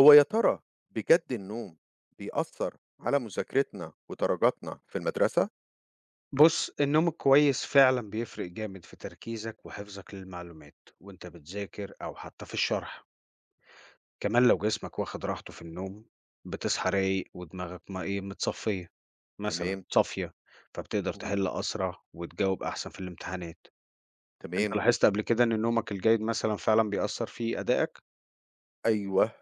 هو يا ترى بجد النوم بيأثر على مذاكرتنا ودرجاتنا في المدرسة؟ بُص، النوم الكويس فعلًا بيفرق جامد في تركيزك وحفظك للمعلومات وأنت بتذاكر أو حتى في الشرح. كمان لو جسمك واخد راحته في النوم بتصحى رايق ودماغك ما إيه متصفية مثلًا تمام، صافية، فبتقدر اهم، تحل أسرع وتجاوب أحسن في الامتحانات. أنت تمام، لاحظت قبل كده إن نومك الجيد مثلًا فعلًا بيأثر في أدائك؟ أيوه،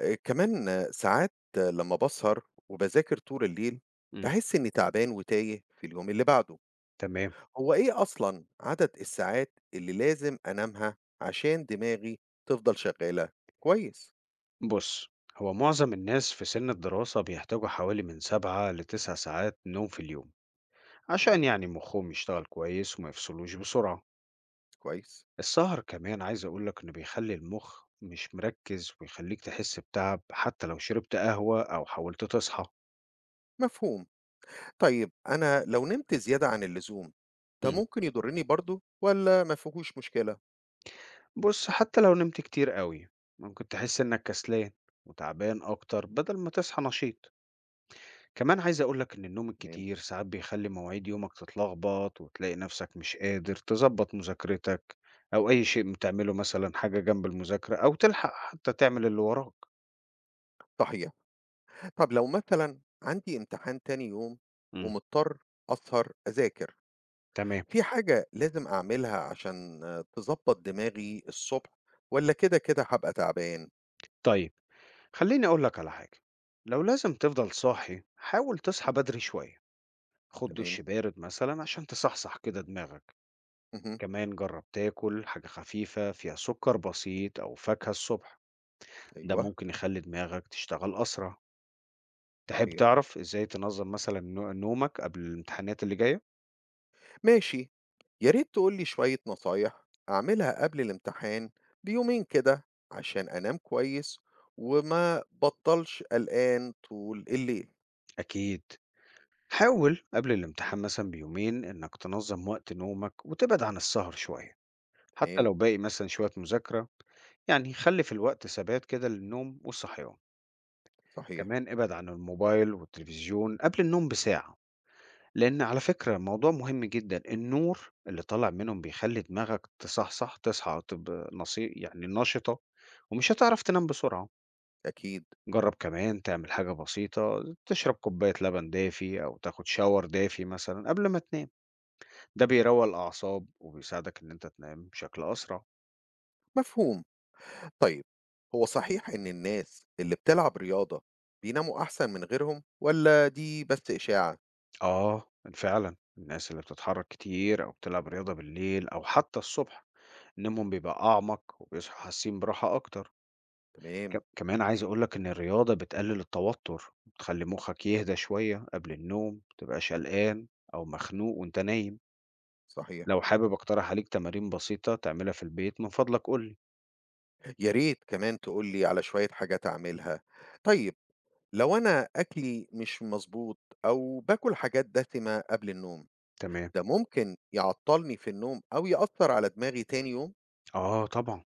كمان آه، ساعات آه، لمّا باسهر وباذاكر طول الليل، إمم، باحس إني تعبان وتايه في اليوم اللي بعده. تمام. هو إيه أصلًا عدد الساعات اللي لازم أنامها عشان دماغي تفضل شغّالة؟ كويس، بُص، هو معظم الناس في سن الدراسة بيحتاجوا حوالي من 7 ل9 ساعات نوم في اليوم، عشان تمام، يعني مخهم يشتغل كويس وما يفصلوش بسرعة. كويس، السهر كمان عايز أقولك إنه بيخلي المخ مش مركز ويخليك تحس بتعب حتى لو شربت قهوة أو حاولت تصحى. مفهوم. طيب أنا لو نمت زيادة عن اللزوم، ده مم. ممكن يضرني برضه والّا ما فيهوش مشكلة؟ بص، حتى لو نمت كتير قوي ممكن تحس إنك كسلان وتعبان أكتر بدل ما تصحى نشيط. كمان عايز أقولك إن النوم تمام، الكتير ساعات بيخلي مواعيد يومك تتلخبط وتلاقي نفسك مش قادر تظبط مذاكرتك أو أي شيء بتعمله، مثلا حاجة جنب المذاكرة أو تلحق حتى تعمل اللي وراك. صحيح. طب لو مثلًا عندي امتحان تاني يوم مم. ومضطر أسهر أذاكر، تمام. في حاجة لازم أعملها عشان تضبّط دماغي الصبح والّا كده هابقى تعبان؟ طيب، خليني أقول لك على حاجة. لو لازم تفضل صاحي حاول تصحى بدري شوية، خد دش تمام، بارد مثلا عشان تصحصح كده دماغك. اهم، كمان جرب تاكل حاجة خفيفة فيها سكر بسيط أو فاكهة الصبح، ده أيوه، ممكن يخلي دماغك تشتغل أسرع. تحب صحيح. تعرف إزاي تنظم مثلا نومك قبل الامتحانات اللي جاية؟ ماشي، يا ريت تقولي شوية نصايح أعملها قبل الامتحان بيومين كده عشان أنام كويس وما بطلش قلقان طول الليل. أكيد. حاول قبل الامتحان مثلا بيومين إنك تنظم وقت نومك وتبعد عن السهر شوية، حتى تمام، لو باقي مثلًا شوية مذاكرة. يعني خلّي في الوقت ثبات كده للنوم والصحيان. صحيح، كمان ابعد عن الموبايل والتلفزيون قبل النوم بساعة، لإن على فكرة موضوع مهم جدًا، النور اللي طالع منهم بيخلّي دماغك تصحصح تصحى تبقى نشي يعني نشطة، ومش هتعرف تنام بسرعة. أكيد، جرّب كمان تعمل حاجة بسيطة، تشرب كوباية لبن دافي أو تاخد shower دافي مثلًا قبل ما تنام، ده بيروّق الأعصاب وبيساعدك إن أنت تنام بشكل أسرع. مفهوم. طيب، هو صحيح إن الناس اللي بتلعب رياضة بيناموا أحسن من غيرهم ولا دي بس إشاعة؟ آه، فعلًا، الناس اللي بتتحرك كتير أو بتلعب رياضة بالليل أو حتى الصبح، نومهم بيبقى أعمق وبيصحوا حاسين براحة أكتر. ك تمام، كمان عايز أقول لك إن الرياضة بتقلل التوتر، بتخلي مخك يهدى شوية قبل النوم، ما تبقاش قلقان أو مخنوق وأنت نايم. صحيح. لو حابب أقترح عليك تمارين بسيطة تعملها في البيت من فضلك قُل لي. يا ريت كمان تقولي على شوية حاجات أعملها. طيب، لو أنا أكلي مش مظبوط أو باكل حاجات دسمة قبل النوم، تمام. ده ممكن يعطّلني في النوم أو يأثّر على دماغي تاني يوم؟ آه، طبعًا.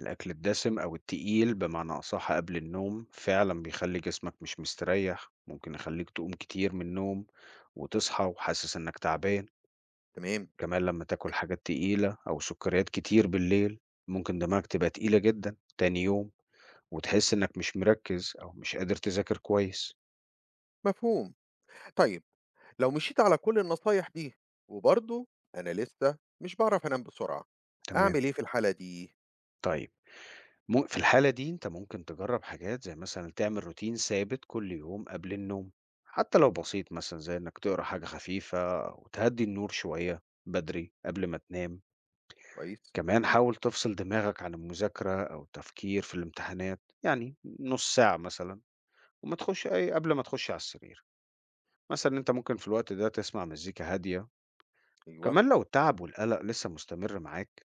الأكل الدسم أو التقيل بمعنى أصح قبل النوم فعلا بيخلي جسمك مش مستريح، ممكن يخليك تقوم كتير من النوم وتصحى وحاسس إنك تعبان. تمام، كمان لما تاكل حاجات تقيلة أو سكريات كتير بالليل، ممكن دماغك تبقى تقيلة جدا تاني يوم، وتحس إنك مش مركز أو مش قادر تذاكر كويس. مفهوم. طيب، لو مشيت على كل النصايح دي وبرضه أنا لسه مش باعرف أنام بسرعة، تمام. أعمل إيه في الحالة دي؟ طيب، في الحالة دي أنت ممكن تجرّب حاجات زي مثلًا تعمل روتين ثابت كل يوم قبل النوم، حتى لو بسيط مثلًا زي إنك تقرا حاجة خفيفة أو تهدّي النور شوية بدري قبل ما تنام. كويس، كمان حاول تفصل دماغك عن المذاكرة أو التفكير في الامتحانات، يعني نُص ساعة مثلًا وما تخش أي قبل ما تخش على السرير. مثلًا أنت ممكن في الوقت ده تسمع مزيكا هادية. أيوه، كمان لو التعب والقلق لسه مستمر معاك،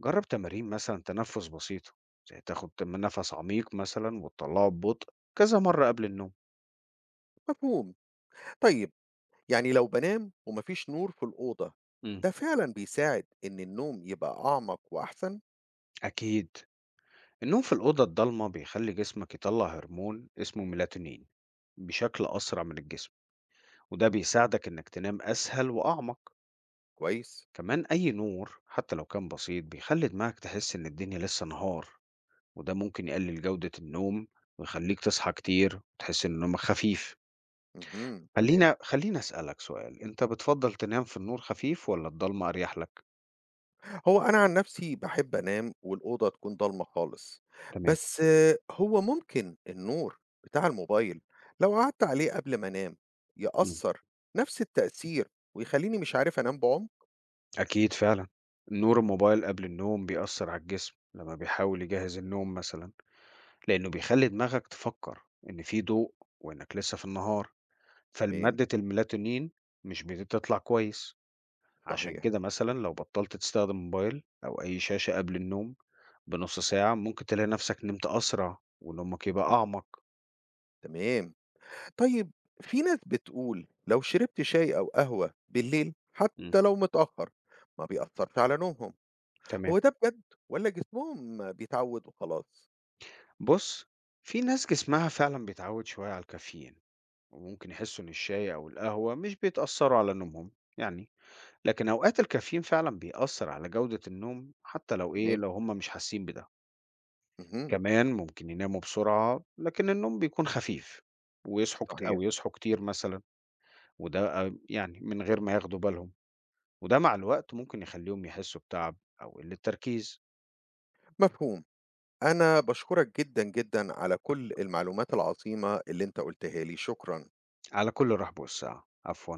جرب تمارين مثلا تنفس بسيطة، زي تاخد نفس عميق مثلا وتطلعه ببطء كذا مرة قبل النوم. مفهوم. طيب يعني لو بانام وما فيش نور في الأوضة، مم. ده فعلًا بيساعد إن النوم يبقى أعمق وأحسن؟ أكيد. النوم في الأوضة الضلمة بيخلي جسمك يطلع هرمون اسمه ميلاتونين بشكل أسرع من الجسم، وده بيساعدك إنك تنام أسهل وأعمق. كويس، كمان أي نور حتى لو كان بسيط بيخلي دماغك تحس إن الدنيا لسه نهار، وده ممكن يقلل جودة النوم ويخليك تصحى كتير وتحس إن نومك خفيف. اهم، تمام. خلّيني أسألك سؤال، أنت بتفضّل تنام في النور خفيف والّا الضلمة أريح لك؟ هو أنا عن نفسي باحب أنام والأوضة تكون ضلمة خالص، تمام. بس آه، هو ممكن النور بتاع الموبايل لو قعدت عليه قبل ما أنام، إمم. يأثّر نفس التأثير ويخلّيني مش عارف أنام بعُمق؟ أكيد، فعلًا. نور الموبايل قبل النوم بيأثّر على الجسم لمّا بيحاول يجهّز النوم مثلًا، لإنه بيخلّي دماغك تفكّر إن في ضوء وإنك لسه في النهار، تمام، فالمادة الميلاتونين مش بتطلع كويس. عشان صحيح، كده مثلًا لو بطّلت تستخدم موبايل أو أي شاشة قبل النوم بنُص ساعة، ممكن تلاقي نَفْسك نمت أسرع ونومك يبقى أعمق. تمام. طيب، في ناس بتقول لو شربت شاي أو قهوة بالليل إمم، حتى لو متأخّر، ما بيأثّرش على نومهم، تمام. هو ده بجد والّا جسمهم بيتعوّد وخلاص؟ بُص، في ناس جسمها فعلًا بيتعوّد شوية على الكافيين، وممكن يحسّوا إن الشاي أو القهوة مش بيتأثّروا على نومهم يعني، لكن أوقات الكافيين فعلًا بيأثّر على جودة النوم حتى لو تمام، لو هم مش حاسين بده. اهم، كمان ممكن يناموا بسرعة، لكن النوم بيكون خفيف ويصحوا كت صحيح، أو يصحوا كتير مثلًا، وده يعني من غير ما ياخدوا بالهم، وده مع الوقت ممكن يخلّيهم يحسّوا بتَعَب أو قِلّة تركيز. مفهوم. أنا باشكرك جدًا، جدًا على كل المعلومات العظيمة اللي أنت قُلتها لي، شكرًا. على كل رحب وسعة. عفوًا.